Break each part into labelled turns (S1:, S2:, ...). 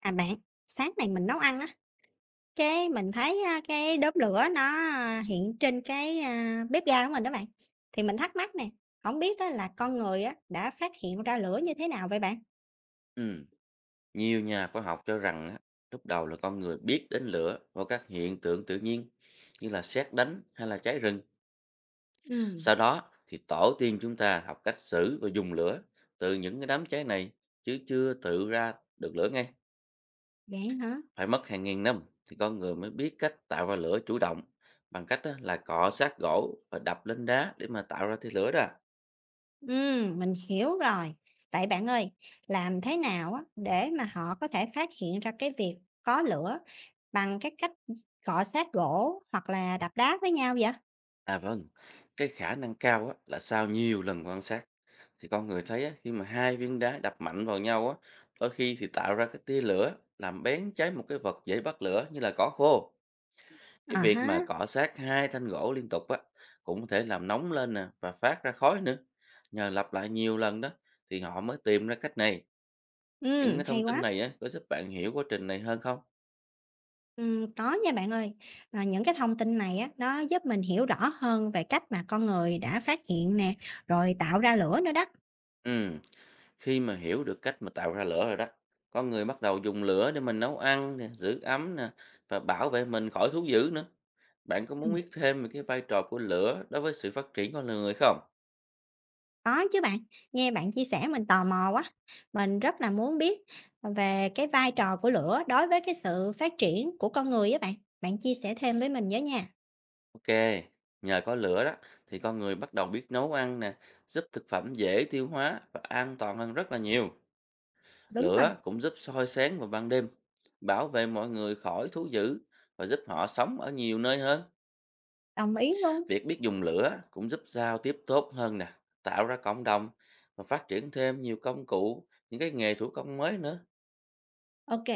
S1: À bạn, sáng này mình nấu ăn á, cái mình thấy á, cái đốm lửa nó hiện trên cái bếp ga của mình đó bạn. Thì mình thắc mắc nè, không biết á, là con người á, đã phát hiện ra lửa như thế nào vậy bạn?
S2: Ừm, nhiều nhà khoa học cho rằng á, lúc đầu là con người biết đến lửa và các hiện tượng tự nhiên như là sét đánh hay là cháy rừng.
S1: Ừ,
S2: Sau đó thì tổ tiên chúng ta học cách xử và dùng lửa từ những cái đám cháy này chứ chưa tự ra được lửa ngay.
S1: vậy hả?
S2: Phải mất hàng nghìn năm thì con người mới biết cách tạo ra lửa chủ động bằng cách á, là cọ sát gỗ và đập lên đá để mà tạo ra thế lửa đó.
S1: Ừ, mình hiểu rồi. Vậy bạn ơi, làm thế nào á, để mà họ có thể phát hiện ra cái việc có lửa bằng cái cách cọ xát gỗ hoặc là đập đá với nhau vậy?
S2: À vâng, cái khả năng cao á, là sau nhiều lần quan sát thì con người thấy á, khi mà hai viên đá đập mạnh vào nhau á, đôi khi thì tạo ra cái tia lửa làm bén cháy một cái vật dễ bắt lửa như là cỏ khô. Cái
S1: À
S2: việc mà
S1: ha,
S2: cọ sát hai thanh gỗ liên tục á cũng có thể làm nóng lên nè và phát ra khói nữa. Nhờ lặp lại nhiều lần đó thì họ mới tìm ra cách này.
S1: ừ,
S2: Những cái
S1: hay
S2: thông tin
S1: quá.
S2: này á có giúp bạn hiểu quá trình này hơn không?
S1: Có nha bạn ơi. Ờ, những cái thông tin này á, nó giúp mình hiểu rõ hơn về cách mà con người đã phát hiện nè, rồi tạo ra lửa nữa đó.
S2: Ừ. Khi mà hiểu được cách mà tạo ra lửa rồi đó, con người bắt đầu dùng lửa để mình nấu ăn nè, giữ ấm nè và bảo vệ mình khỏi thú dữ nữa. Bạn có muốn
S1: Ừm,
S2: biết thêm về cái vai trò của lửa đối với sự phát triển con người không?
S1: có chứ bạn, nghe bạn chia sẻ mình tò mò quá. Mình rất là muốn biết về cái vai trò của lửa đối với cái sự phát triển của con người á bạn. Bạn chia sẻ thêm với mình với nha.
S2: Ok, nhờ có lửa đó thì con người bắt đầu biết nấu ăn nè, giúp thực phẩm dễ tiêu hóa và an toàn hơn rất là nhiều.
S1: Đúng rồi,
S2: Lửa cũng giúp soi sáng vào ban đêm, bảo vệ mọi người khỏi thú dữ và giúp họ sống ở nhiều nơi hơn.
S1: đồng ý luôn.
S2: Việc biết dùng lửa cũng giúp giao tiếp tốt hơn nè, tạo ra cộng đồng và phát triển thêm nhiều công cụ, những cái nghề thủ công mới nữa.
S1: OK.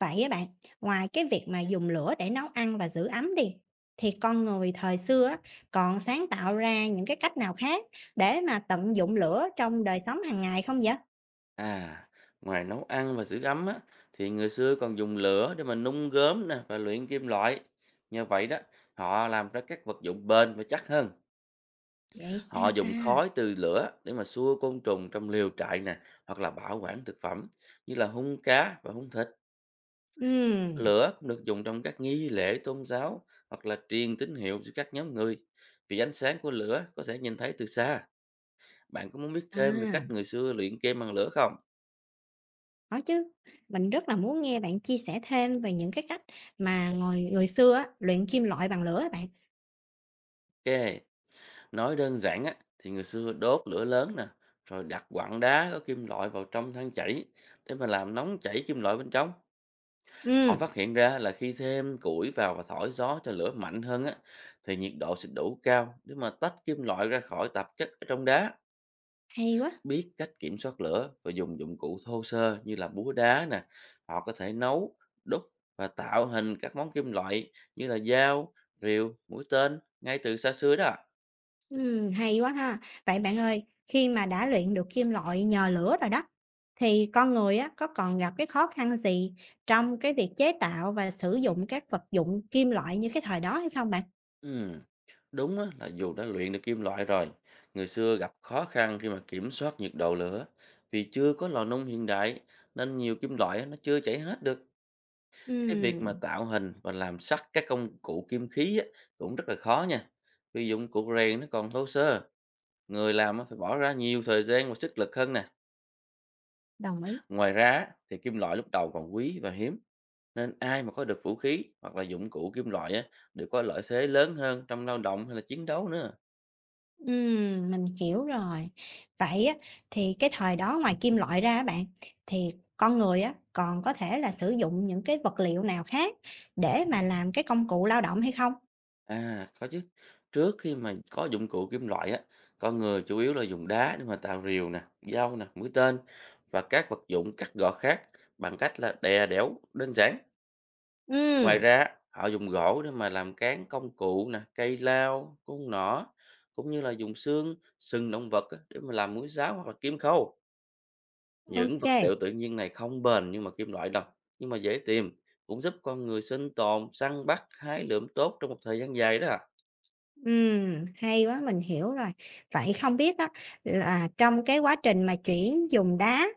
S1: Vậy á bạn, ngoài cái việc mà dùng lửa để nấu ăn và giữ ấm đi, thì con người thời xưa á, còn sáng tạo ra những cái cách nào khác để mà tận dụng lửa trong đời sống hàng ngày không vậy?
S2: À, ngoài nấu ăn và giữ ấm á, thì người xưa còn dùng lửa để mà nung gốm nè và luyện kim loại. Nhờ vậy đó, họ làm ra các vật dụng bền và chắc hơn.
S1: Vậy sao
S2: Họ
S1: ta?
S2: dùng khói từ lửa để mà xua côn trùng trong lều trại nè, hoặc là bảo quản thực phẩm như là hung cá và hung thịt.
S1: Ừm,
S2: Lửa cũng được dùng trong các nghi lễ tôn giáo hoặc là truyền tín hiệu giữa các nhóm người. Vì ánh sáng của lửa có thể nhìn thấy từ xa. Bạn có muốn biết thêm về cách
S1: À,
S2: người xưa luyện kim bằng lửa không?
S1: có chứ. Mình rất là muốn nghe bạn chia sẻ thêm về những cái cách mà người người xưa á, luyện kim loại bằng lửa á bạn.
S2: Ok, nói đơn giản á, thì người xưa đốt lửa lớn nè, rồi đặt quặng đá có kim loại vào trong than chảy để mà làm nóng chảy kim loại bên trong. Họ
S1: Ừm.
S2: phát hiện ra là khi thêm củi vào và thổi gió cho lửa mạnh hơn á, thì nhiệt độ sẽ đủ cao để mà tách kim loại ra khỏi tạp chất ở trong đá.
S1: Hay quá.
S2: Biết cách kiểm soát lửa và dùng dụng cụ thô sơ như là búa đá nè, họ có thể nấu, đúc và tạo hình các món kim loại như là dao, rìu, mũi tên ngay từ xa xưa đó.
S1: Hay quá ha. Vậy bạn ơi, khi mà đã luyện được kim loại nhờ lửa rồi đó, thì con người á, có còn gặp cái khó khăn gì trong cái việc chế tạo và sử dụng các vật dụng kim loại như cái thời đó hay không bạn?
S2: Ừm, đúng á, là dù đã luyện được kim loại rồi, người xưa gặp khó khăn khi mà kiểm soát nhiệt độ lửa vì chưa có lò nung hiện đại, nên nhiều kim loại á, nó chưa chảy hết được. Cái việc mà
S1: Ừm,
S2: tạo hình và làm sắc các công cụ kim khí á, cũng rất là khó nha, vì dụng cụ rèn nó còn thô sơ. Người làm á phải bỏ ra nhiều thời gian và sức lực hơn nè.
S1: đồng ý.
S2: Ngoài ra á, thì kim loại lúc đầu còn quý và hiếm. Nên ai mà có được vũ khí hoặc là dụng cụ kim loại á, đều có lợi thế lớn hơn trong lao động hay là chiến đấu nữa.
S1: Mình hiểu rồi. Vậy á, thì cái thời đó ngoài kim loại ra á bạn, thì con người á, còn có thể là sử dụng những cái vật liệu nào khác để mà làm cái công cụ lao động hay không?
S2: À, có chứ. Trước khi mà có dụng cụ kim loại á, con người chủ yếu là dùng đá để mà tạo rìu nè, dao nè, mũi tên và các vật dụng cắt gọt khác bằng cách là đè đẽo đơn giản. Ngoài
S1: Ừm,
S2: ra á, họ dùng gỗ để mà làm cán công cụ nè, cây lao, cung nỏ cũng như là dùng xương, sừng động vật á, để mà làm mũi giáo hoặc là kim khâu. Những
S1: ok.
S2: vật liệu tự nhiên này không bền nhưng mà kim loại đâu, nhưng mà dễ tìm, cũng giúp con người sinh tồn, săn bắt, hái lượm tốt trong một thời gian dài đó. À.
S1: Hay quá, mình hiểu rồi. Vậy không biết á là trong cái quá trình mà chuyển dùng đá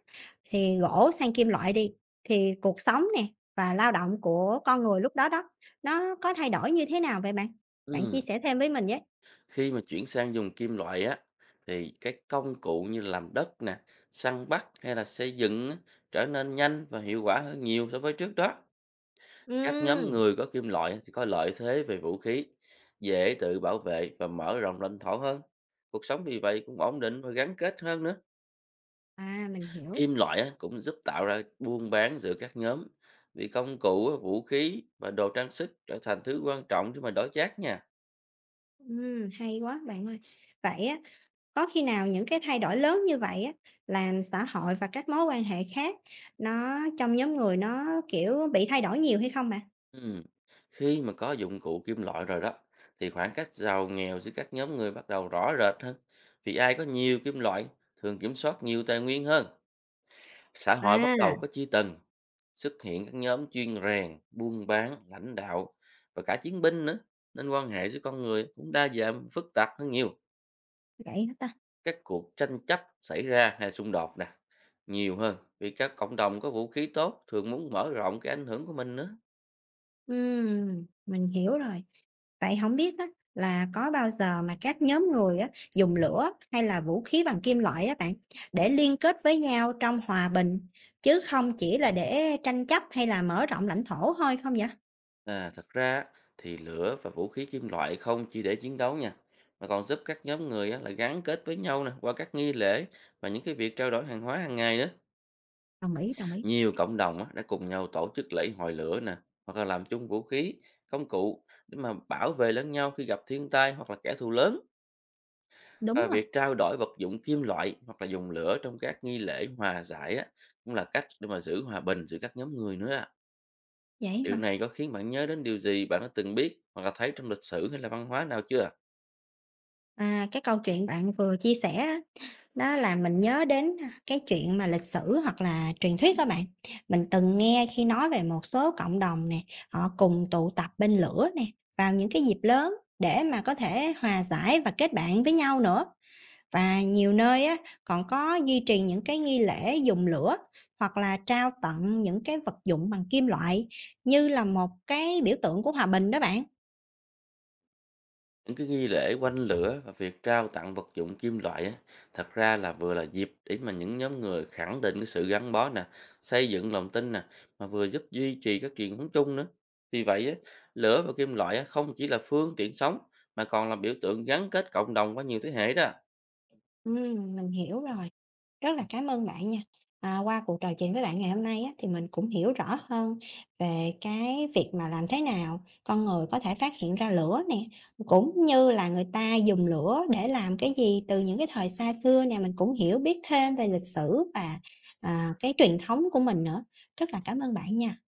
S1: thì gỗ sang kim loại đi, thì cuộc sống nè và lao động của con người lúc đó đó, nó có thay đổi như thế nào vậy bạn? Bạn chia
S2: Ừ.
S1: sẻ thêm với mình với.
S2: Khi mà chuyển sang dùng kim loại á thì cái công cụ như là làm đất nè, săn bắt hay là xây dựng á, trở nên nhanh và hiệu quả hơn nhiều so với trước đó. Các nhóm
S1: Ừm,
S2: người có kim loại thì có lợi thế về vũ khí, dễ tự bảo vệ và mở rộng lãnh thổ hơn. Cuộc sống vì vậy cũng ổn định và gắn kết hơn nữa.
S1: à, mình hiểu.
S2: Kim loại á, cũng giúp tạo ra buôn bán giữa các nhóm, vì công cụ, á, vũ khí và đồ trang sức trở thành thứ quan trọng để mà đổi chác nha.
S1: Hay quá bạn ơi. Vậy á, có khi nào những cái thay đổi lớn như vậy á, làm xã hội và các mối quan hệ khác nó trong nhóm người nó, kiểu, bị thay đổi nhiều hay không bạn?
S2: Ừm, Khi mà có dụng cụ kim loại rồi đó, thì khoảng cách giàu nghèo giữa các nhóm người bắt đầu rõ rệt hơn, vì ai có nhiều kim loại thường kiểm soát nhiều tài nguyên hơn. Xã hội bắt
S1: À,
S2: đầu có chia tầng, xuất hiện các nhóm chuyên rèn, buôn bán, lãnh đạo và cả chiến binh nữa, nên quan hệ giữa con người cũng đa dạng, phức tạp hơn nhiều.
S1: vậy hả ta?
S2: Các cuộc tranh chấp xảy ra hay xung đột nè, nhiều hơn vì các cộng đồng có vũ khí tốt thường muốn mở rộng cái ảnh hưởng của mình nữa.
S1: Mình hiểu rồi. Vậy không biết á là có bao giờ mà các nhóm người á dùng lửa hay là vũ khí bằng kim loại á bạn, để liên kết với nhau trong hòa bình, chứ không chỉ là để tranh chấp hay là mở rộng lãnh thổ thôi không vậy?
S2: À, thật ra á, thì lửa và vũ khí kim loại không chỉ để chiến đấu nha, mà còn giúp các nhóm người á là gắn kết với nhau nè qua các nghi lễ và những cái việc trao đổi hàng hóa hàng ngày nữa.
S1: Đồng ý, đồng ý.
S2: Nhiều cộng đồng á, đã cùng nhau tổ chức lễ hội lửa nè, hoặc là làm chung vũ khí, công cụ để mà bảo vệ lẫn nhau khi gặp thiên tai hoặc là kẻ thù lớn.
S1: Đúng
S2: Và
S1: rồi,
S2: việc trao đổi vật dụng kim loại hoặc là dùng lửa trong các nghi lễ hòa giải á, cũng là cách để mà giữ hòa bình giữa các nhóm người nữa ạ.
S1: vậy
S2: Điều
S1: hả?
S2: này có khiến bạn nhớ đến điều gì bạn đã từng biết hoặc là thấy trong lịch sử hay là văn hóa nào chưa ạ?
S1: À, cái câu chuyện bạn vừa chia sẻ á nó làm mình nhớ đến cái chuyện mà lịch sử hoặc là truyền thuyết các bạn. Mình từng nghe khi nói về một số cộng đồng nè, họ cùng tụ tập bên lửa nè, vào những cái dịp lớn để mà có thể hòa giải và kết bạn với nhau nữa. Và nhiều nơi á, còn có duy trì những cái nghi lễ dùng lửa hoặc là trao tặng những cái vật dụng bằng kim loại như là một cái biểu tượng của hòa bình đó bạn.
S2: Những cái nghi lễ quanh lửa và việc trao tặng vật dụng kim loại á, thật ra là vừa là dịp để mà những nhóm người khẳng định cái sự gắn bó nè, xây dựng lòng tin nè, mà vừa giúp duy trì các truyền thống chung nữa. Vì vậy á, lửa và kim loại á, không chỉ là phương tiện sống mà còn là biểu tượng gắn kết cộng đồng qua nhiều thế hệ đó.
S1: Mình hiểu rồi. Rất là cảm ơn bạn nha. À, qua cuộc trò chuyện với bạn ngày hôm nay á, thì mình cũng hiểu rõ hơn về cái việc mà làm thế nào con người có thể phát hiện ra lửa nè, cũng như là người ta dùng lửa để làm cái gì từ những cái thời xa xưa nè, mình cũng hiểu biết thêm về lịch sử và, cái truyền thống của mình nữa. Rất là cảm ơn bạn nha.